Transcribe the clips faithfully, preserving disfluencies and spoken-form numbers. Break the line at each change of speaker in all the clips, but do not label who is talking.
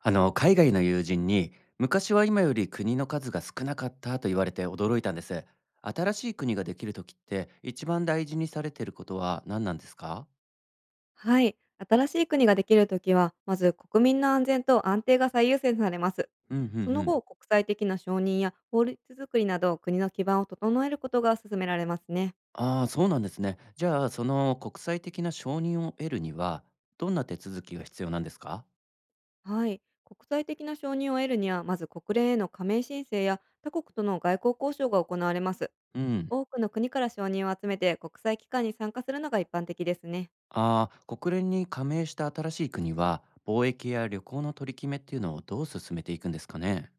あの海外の友人に、昔は今より国の数が少なかったと言われて驚いたんです。新しい国ができる時って、一番大事にされてることは何なんですか？
はい。新しい国ができるときは、まず国民の安全と安定が最優先されます。
うんうんう
その
ん。
後、国際的な承認や法律作りなど、国の基盤を整えることが進められますね。
ああー、そうなんですね。じゃあ、その国際的な承認を得るには、どんな手続きが必要なんですか？
はい。国際的な承認を得るには、まず国連への加盟申請や他国との外交交渉が行われます。
うん。
多くの国から承認を集めて、国際機関に参加するのが一般的ですね。
ああー、国連に加盟した新しい国は、貿易や旅行の取り決めっていうのをどう進めていくんですかね？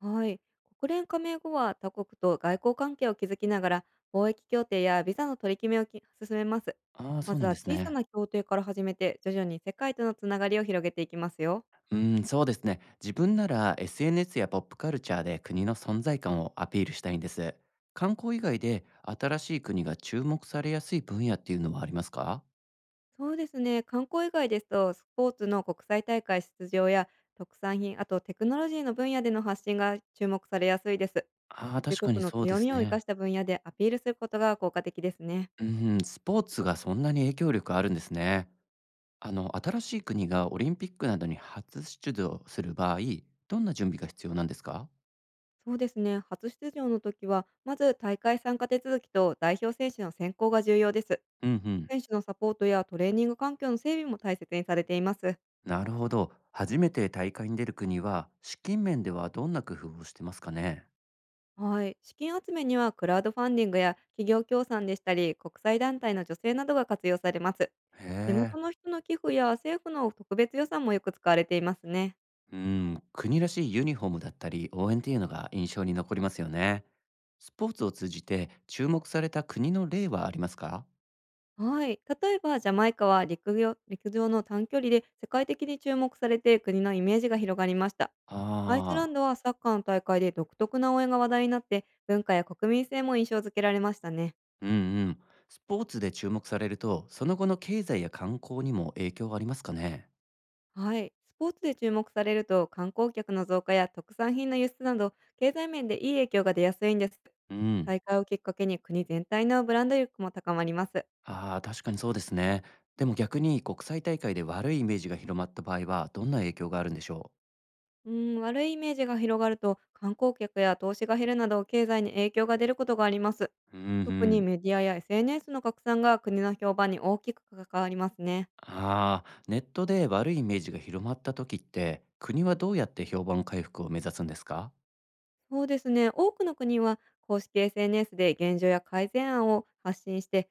はい。国連加盟後は、他国と外交関係を築きながら貿易協定やビザの取り決めをき進めます。
ああー、そ
ま
う
ず
なんで
は
す
小さ
ね。
な協定から始めて、徐々に世界とのつながりを広げていきますよ。
うーん、そうですね。自分なら エスエヌエス やポップカルチャーで国の存在感をアピールしたいんです。観光以外で新しい国が注目されやすい分野っていうのはありますか？
そうですね。観光以外ですと、スポーツの国際大会出場や特産品、あとテクノロジーの分野での発信が注目されやすいです。
ああー、
自
確かに
国の
そうで
強
す
みを生
ね。
かした分野でアピールすることが効果的ですね。
うん、スポーツがそんなに影響力あるんですね。あの、新しい国がオリンピックなどに初出場する場合、どんな準備が必要なんですか？
そうですね。初出場の時は、まず大会参加手続きと代表選手の選考が重要です。
うんうん。
選手のサポートやトレーニング環境の整備も大切にされています。
なるほど。初めて大会に出る国は、資金面ではどんな工夫をしてますかね？
はい。資金集めには、クラウドファンディングや企業協賛でしたり、国際団体の助成などが活用されます。
へ
地元
え。
の人の寄付や政府の特別予算もよく使われていますね。
うん、国らしいユニフォームだったり応援っていうのが印象に残りますよね。スポーツを通じて注目された国の例はありますか？
はい。例えば、ジャマイカは陸上陸上の短距離で世界的に注目されて、国のイメージが広がりました。アイスラン
ああ、
ドはサッカーの大会で独特な応援が話題になって、文化や国民性も印象付けられましたね。
うんうん。スポーツで注目されると、その後の経済や観光にも影響はありますかね？
はい。スポーツで注目されると、観光客の増加や特産品の輸出など、経済面でいい影響が出やすいんです。
うん。
大会をきっかけに、国全体のブランド力も高まります。
ああ、確かにそうですね。でも逆に国際大会で悪いイメージが広まった場合は、どんな影響があるんでしょ
うーん、悪いイメージが広がると、観光客や投資が減るなど、経済に影響が出ることがあります。
う？うんう
特に
ん。
メディアや エスエヌエス の拡散が国の評判に大きく関わりますね。
ああ、ネットで悪いイメージが広まった時って、国はどうやって評判回復を目指すんですか？
そうですね。多くの国は公式 エスエヌエス で現状や改善案を発信して、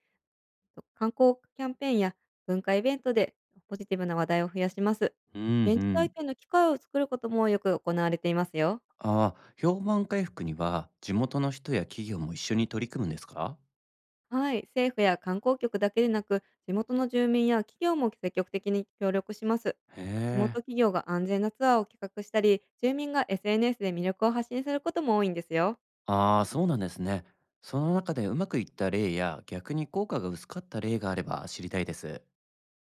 と観光キャンペーンや文化イベントでポジティブな話題を増やします。
うんう
現地体
ん。
験の機会を作ることもよく行われていますよ。
ああ、評判回復には地元の人や企業も一緒に取り組むんですか？
はい、政府や観光局だけでなく、地元の住民や企業も積極的に協力します。
へ
地元
え。
企業が安全なツアーを企画したり、住民が エスエヌエス で魅力を発信することも多いんですよ。
ああ、そうなんですね。その中でうまくいった例や逆に効果が薄かった例があれば知りたいです。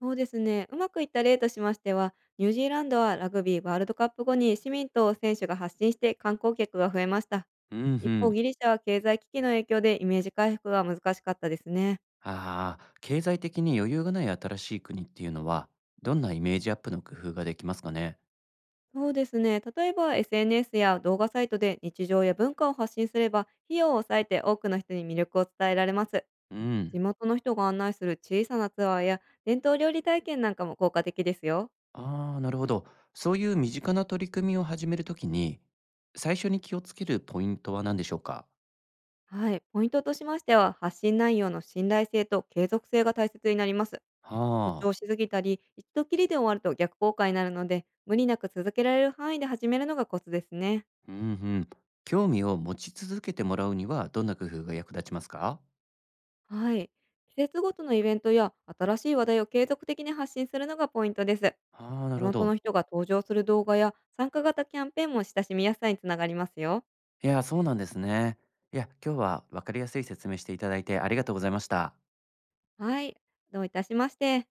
そうですね。うまくいった例としましては、ニュージーランドはラグビーワールドカップ後に市民と選手が発信して、観光客が増えました。
うんう
一方、
ん。
ギリシャは経済危機の影響でイメージ回復が難しかったですね。
ああ、経済的に余裕がない新しい国っていうのは、どんなイメージアップの工夫ができますかね？
そうですね。例えば エスエヌエス や動画サイトで日常や文化を発信すれば、費用を抑えて多くの人に魅力を伝えられます。
うん。
地元の人が案内する小さなツアーや伝統料理体験なんかも効果的ですよ。
ああ、なるほど。そういう身近な取り組みを始めるときに、最初に気をつけるポイントは何でしょうか？
はい。ポイントとしましては、発信内容の信頼性と継続性が大切になります。誇張
はあ。
しすぎたり、一度きりで終わると逆効果になるので、無理なく続けられる範囲で始めるのがコツですね。
うんうん。興味を持ち続けてもらうにはどんな工夫が役立ちますか？
はい。季節ごとのイベントや新しい話題を継続的に発信するのがポイントです。
ああ、な
地
るほ
元
ど。
の人が登場する動画や参加型キャンペーンも親しみやすさにつながりますよ。
いや、そうなんですね。いや、今日は分かりやすい説明していただいてありがとうございました。
はい。どういたしまして。